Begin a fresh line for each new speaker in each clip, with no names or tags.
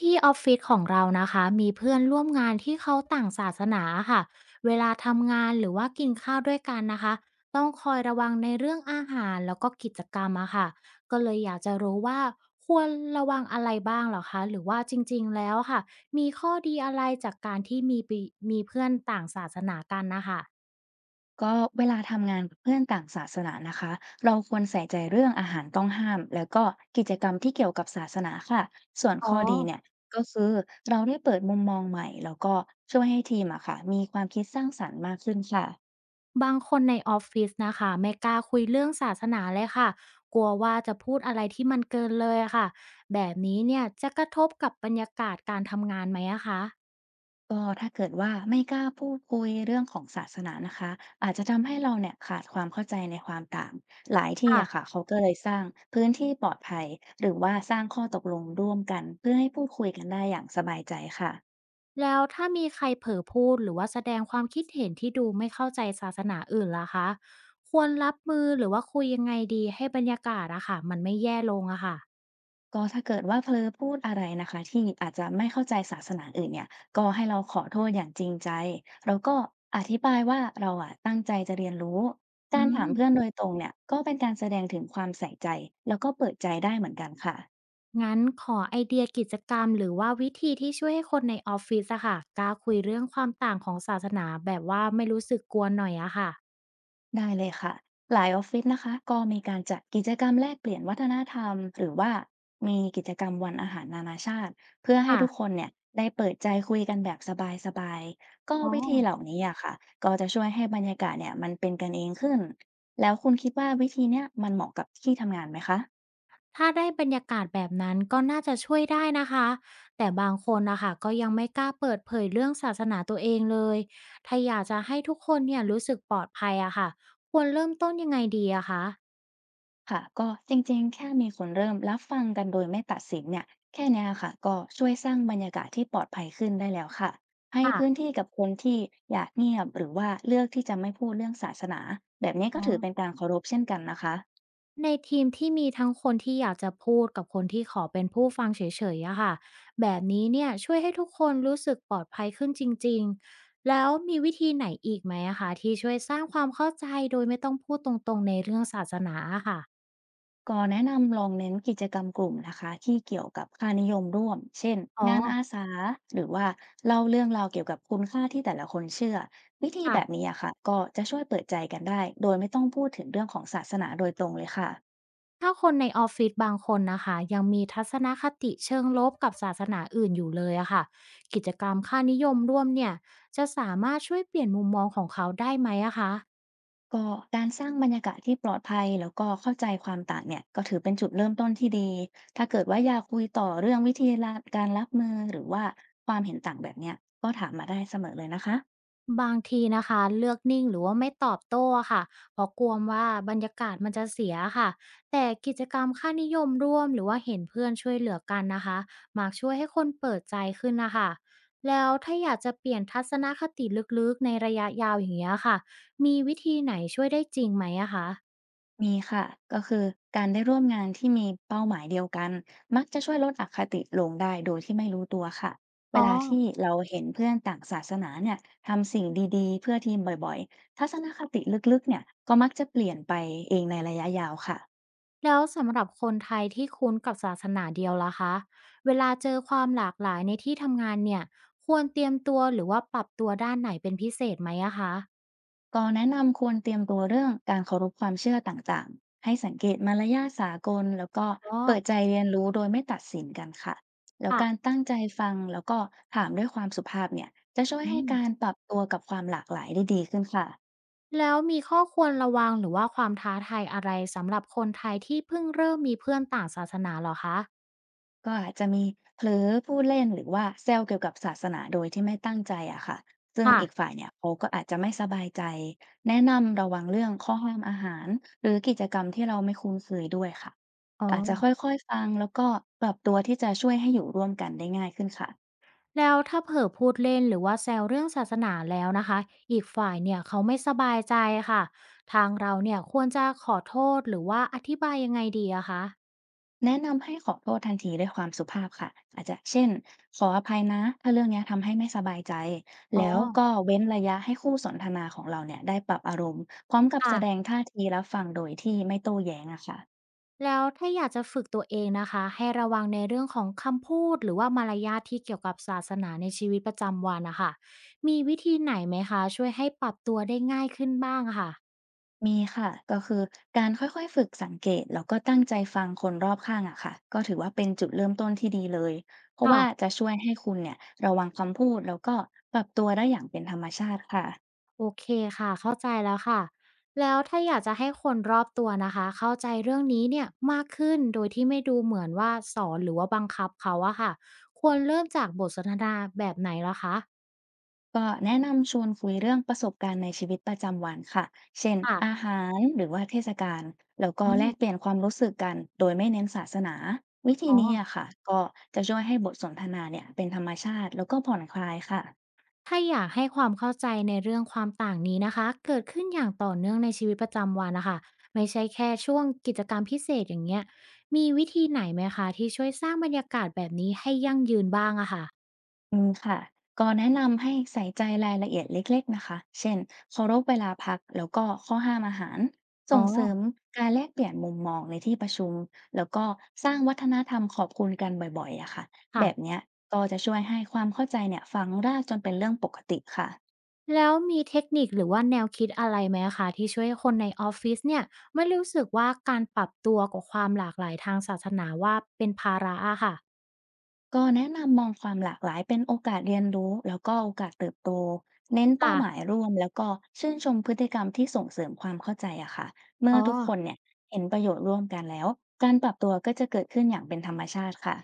ที่ออฟฟิศของเรานะคะมีเพื่อนร่วมงานที่เขาต่างศาสนาค่ะเวลาทำงานหรือว่ากินข้าวด้วยกันนะคะต้องคอยระวังในเรื่องอาหารแล้วก็กิจกรรมอะค่ะก็เลยอยากจะรู้ว่าควรระวังอะไรบ้างเหรอคะหรือว่าจริงๆแล้วค่ะมีข้อดีอะไรจากการที่มีเพื่อนต่างศาสนากันนะคะ
ก็เวลาทำงานกับเพื่อนต่างศาสนานะคะเราควรใส่ใจเรื่องอาหารต้องห้ามแล้วก็กิจกรรมที่เกี่ยวกับศาสนาค่ะส่วน
อ๋อ
ข้อดีเนี่ยก็คือเราได้เปิดมุมมองใหม่แล้วก็ช่วยให้ทีมอะค่ะมีความคิดสร้างสรรค์มากขึ้นค่ะ
บางคนในออฟฟิศนะคะไม่กล้าคุยเรื่องศาสนาเลยค่ะกลัวว่าจะพูดอะไรที่มันเกินเลยอะค่ะแบบนี้เนี่ยจะกระทบกับบรรยากาศการทำงานไหมอะคะ
ก็ถ้าเกิดว่าไม่กล้าพูดคุยเรื่องของศาสนานะคะอาจจะทำให้เราเนี่ยขาดความเข้าใจในความต่างหลายที่อะค่ะ
ค่ะ
เขาก็เลยสร้างพื้นที่ปลอดภัยหรือว่าสร้างข้อตกลงร่วมกันเพื่อให้พูดคุยกันได้อย่างสบายใจค่ะ
แล้วถ้ามีใครเผลอพูดหรือว่าแสดงความคิดเห็นที่ดูไม่เข้าใจศาสนาอื่นล่ะคะควรรับมือหรือว่าคุยยังไงดีให้บรรยากาศอะค่ะมันไม่แย่ลงอะค่ะ
ก็ถ้าเกิดว่าเผลอพูดอะไรนะคะที่อาจจะไม่เข้าใจศาสนาอื่นเนี่ยก็ให้เราขอโทษอย่างจริงใจแล้วก็อธิบายว่าเราอะตั้งใจจะเรียนรู้
อื
การถามเพื่อน
ม
โดยตรงเนี่ยก็เป็นการแสดงถึงความใส่ใจแล้วก็เปิดใจได้เหมือนกันค่ะ
งั้นขอไอเดียกิจกรรมหรือว่าวิธีที่ช่วยให้คนในออฟฟิศอะค่ะกล้าคุยเรื่องความต่างของศาสนาแบบว่าไม่รู้สึกกลัวหน่อยอะค่ะ
ได้เลยค่ะหลายออฟฟิศนะคะก็มีการจัดกิจกรรมแลกเปลี่ยนวัฒนธรรมหรือว่ามีกิจกรรมวันอาหารนานาชาติเพื่อให้
ค่ะ
ทุกคนเนี่ยได้เปิดใจคุยกันแบบสบายๆก็
อ๋อ
วิธีเหล่านี้อะค่ะก็จะช่วยให้บรรยากาศเนี่ยมันเป็นกันเองขึ้นแล้วคุณคิดว่าวิธีเนี้ยมันเหมาะกับที่ทำงานไหมคะ
ถ้าได้บรรยากาศแบบนั้นก็น่าจะช่วยได้นะคะแต่บางคนนะคะก็ยังไม่กล้าเปิดเผยเรื่องศาสนาตัวเองเลยถ้าอยากจะให้ทุกคนเนี่ยรู้สึกปลอดภัยอะค่ะควรเริ่มต้นยังไงดีอะคะ
ค่ะก็จริงๆแค่มีคนเริ่มรับฟังกันโดยไม่ตัดสินเนี่ยแค่เนี้ยค่ะก็ช่วยสร้างบรรยากาศที่ปลอดภัยขึ้นได้แล้วค่ะให้พื้น
ค่ะ
ที่กับคนที่อยากเงียบหรือว่าเลือกที่จะไม่พูดเรื่องศาสนาแบบนี้ก็
อ๋อ
ถือเป็นการเคารพเช่นกันนะคะ
ในทีมที่มีทั้งคนที่อยากจะพูดกับคนที่ขอเป็นผู้ฟังเฉยๆอะค่ะแบบนี้เนี่ยช่วยให้ทุกคนรู้สึกปลอดภัยขึ้นจริงๆแล้วมีวิธีไหนอีกไหมอะคะที่ช่วยสร้างความเข้าใจโดยไม่ต้องพูดตรงๆในเรื่องศาสนาอะค่ะ
ก็แนะนำลองเน้นกิจกรรมกลุ่มนะคะที่เกี่ยวกับค่านิยมร่วมเช่น
อ๋อ
งานอาสาหรือว่าเล่าเรื่องราวเกี่ยวกับคุณค่าที่แต่ละคนเชื่อวิธีแบบ
ค่ะ
นี้อะค่ะก็จะช่วยเปิดใจกันได้โดยไม่ต้องพูดถึงเรื่องของศาสนาโดยตรงเลยค่ะ
ถ้าคนในออฟฟิศบางคนนะคะยังมีทัศนคติเชิงลบกับศาสนาอื่นอยู่เลยอะค่ะกิจกรรมค่านิยมร่วมเนี่ยจะสามารถช่วยเปลี่ยนมุมมองของเขาได้ไหมอะคะ
ก็การสร้างบรรยากาศที่ปลอดภัยแล้วก็เข้าใจความต่างเนี่ยก็ถือเป็นจุดเริ่มต้นที่ดีถ้าเกิดว่าอยากคุยต่อเรื่องวิธีละการรับมือหรือว่าความเห็นต่างแบบเนี้ยก็ถามมาได้เสมอเลยนะคะ
บางทีนะคะเลือกนิ่งหรือว่าไม่ตอบโต้อะค่ะเพราะกลัวว่าบรรยากาศมันจะเสียค่ะแต่กิจกรรมค่านิยมร่วมหรือว่าเห็นเพื่อนช่วยเหลือกันนะคะมักช่วยให้คนเปิดใจขึ้นนะคะแล้วถ้าอยากจะเปลี่ยนทัศนคติลึกๆในระยะยาวอย่างเงี้ยค่ะมีวิธีไหนช่วยได้จริงไหมอะคะ
มีค่ะก็คือการได้ร่วมงานที่มีเป้าหมายเดียวกันมักจะช่วยลดอคติลงได้โดยที่ไม่รู้ตัวค่ะเว
อ๋อ
ลาที่เราเห็นเพื่อนต่างศาสนาเนี่ยทำสิ่งดีๆเพื่อทีมบ่อยๆทัศนคติลึกๆเนี่ยก็มักจะเปลี่ยนไปเองในระยะยาวค่ะ
แล้วสำหรับคนไทยที่คุ้นกับศาสนาเดียวล่ะคะเวลาเจอความหลากหลายในที่ทำงานเนี่ยควรเตรียมตัวหรือว่าปรับตัวด้านไหนเป็นพิเศษไหมอะคะ
ก็แนะนำควรเตรียมตัวเรื่องการเคารพความเชื่อต่างๆ ให้สังเกตมารยาทสากลแล้วก็
อ๋อ
เปิดใจเรียนรู้โดยไม่ตัดสินกันค่ะแล้ว
ค่ะ
การตั้งใจฟังแล้วก็ถามด้วยความสุภาพเนี่ยจะช่วย
อื
ให้
ม
การปรับตัวกับความหลากหลายได้ดีขึ้นค่ะ
แล้วมีข้อควรระวังหรือว่าความท้าทายอะไรสำหรับคนไทยที่เพิ่งเริ่มมีเพื่อนต่างศาสนาเหรอคะ
ก็อาจจะมีเผลอพูดเล่นหรือว่าแซวเกี่ยวกับศาสนาโดยที่ไม่ตั้งใจอะค่ะซึ่งอีก
ค่ะ
ฝ่ายเนี่ยเขาก็อาจจะไม่สบายใจแนะนำระวังเรื่องข้อห้ามอาหารหรือกิจกรรมที่เราไม่คุ้นเคยด้วยค่ะ
อ๋อ
อาจจะค่อยๆฟังแล้วก็ปรับตัวที่จะช่วยให้อยู่ร่วมกันได้ง่ายขึ้นค่ะ
แล้วถ้าเผลอพูดเล่นหรือว่าแซวเรื่องศาสนาแล้วนะคะอีกฝ่ายเนี่ยเขาไม่สบายใจค่ะทางเราเนี่ยควรจะขอโทษหรือว่าอธิบายยังไงดีอะคะ
แนะนำให้ขอโทษทันทีด้วยความสุภาพค่ะอาจจะเช่นขออภัยนะถ้าเรื่องเนี้ยทำให้ไม่สบายใจ
อ๋อ
แล้วก็เว้นระยะให้คู่สนทนาของเราเนี่ยได้ปรับอารมณ์พร้อมกับแส
ค่ะ
ดงท่าทีรับฟังโดยที่ไม่โต้แย้งอะค่ะ
แล้วถ้าอยากจะฝึกตัวเองนะคะให้ระวังในเรื่องของคำพูดหรือว่ามารยาทที่เกี่ยวกับศาสนาในชีวิตประจำวันนะคะมีวิธีไหนไหมคะช่วยให้ปรับตัวได้ง่ายขึ้นบ้างอะค่ะ
มีค่ะก็คือการค่อยๆฝึกสังเกตแล้วก็ตั้งใจฟังคนรอบข้างอะค่ะก็ถือว่าเป็นจุดเริ่มต้นที่ดีเลยเพราะ
ค่ะ
ว่าจะช่วยให้คุณเนี่ยระวังคำพูดแล้วก็ปรับตัวได้อย่างเป็นธรรมชาติค่ะ
โอเคค่ะเข้าใจแล้วค่ะแล้วถ้าอยากจะให้คนรอบตัวนะคะเข้าใจเรื่องนี้เนี่ยมากขึ้นโดยที่ไม่ดูเหมือนว่าสอนหรือว่าบังคับเขาอะค่ะควรเริ่มจากบทสนทนาแบบไหนเหรอคะ
ก็แนะนำชวนคุยเรื่องประสบการณ์ในชีวิตประจำวันค่ะ เช่น
ค่ะ
อาหารหรือว่าเทศกาลแล้วก็
อื
แล
ม
กเปลี่ยนความรู้สึกกันโดยไม่เน้นศาสนาวิธี
อ๋อ
นี้อะค่ะก็จะช่วยให้บทสนทนาเนี่ยเป็นธรรมชาติแล้วก็ผ่อนคลายค่ะ
ถ้าอยากให้ความเข้าใจในเรื่องความต่างนี้นะคะเกิดขึ้นอย่างต่อเนื่องในชีวิตประจำวันนะคะไม่ใช่แค่ช่วงกิจกรรมพิเศษอย่างเงี้ยมีวิธีไหนไหมคะที่ช่วยสร้างบรรยากาศแบบนี้ให้ยั่งยืนบ้างอะค่ะ
อืมค่ะก็แนะนำให้ใส่ใจรายละเอียดเล็กๆนะคะเช่นเคารพเวลาพักแล้วก็ข้อห้ามอาหาร
อ๋อ
ส่งเสริมการแลกเปลี่ยนมุมมองในที่ประชุมแล้วก็สร้างวัฒนธรรมขอบคุณกันบ่อยๆอะค่ะแบ
ค่ะ
บเนี้ยก็จะช่วยให้ความเข้าใจเนี่ยฝังรากจนเป็นเรื่องปกติค่ะ
แล้วมีเทคนิคหรือว่าแนวคิดอะไรไหมคะที่ช่วยคนในออฟฟิศเนี่ยไม่รู้สึกว่าการปรับตัวกับความหลากหลายทางศาสนาว่าเป็นภาระอะค่ะ
ก็แนะนำมองความหลากหลายเป็นโอกาสเรียนรู้แล้วก็โอกาสเติบโตเน้นเป้า
ค่ะ
หมายร่วมแล้วก็ชื่นชมพฤติกรรมที่ส่งเสริมความเข้าใจอะค่ะเมื่อ
อ๋อ
ทุกคนเนี่ยเห็นประโยชน์ร่วมกันแล้วการปรับตัวก็จะเกิดขึ้นอย่างเป็นธรรมชาติค่ะ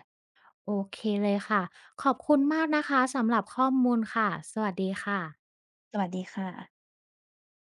โอเคเลยค่ะขอบคุณมากนะคะสำหรับข้อมูลค่ะสวัสดีค่ะ
สวัสดีค่ะ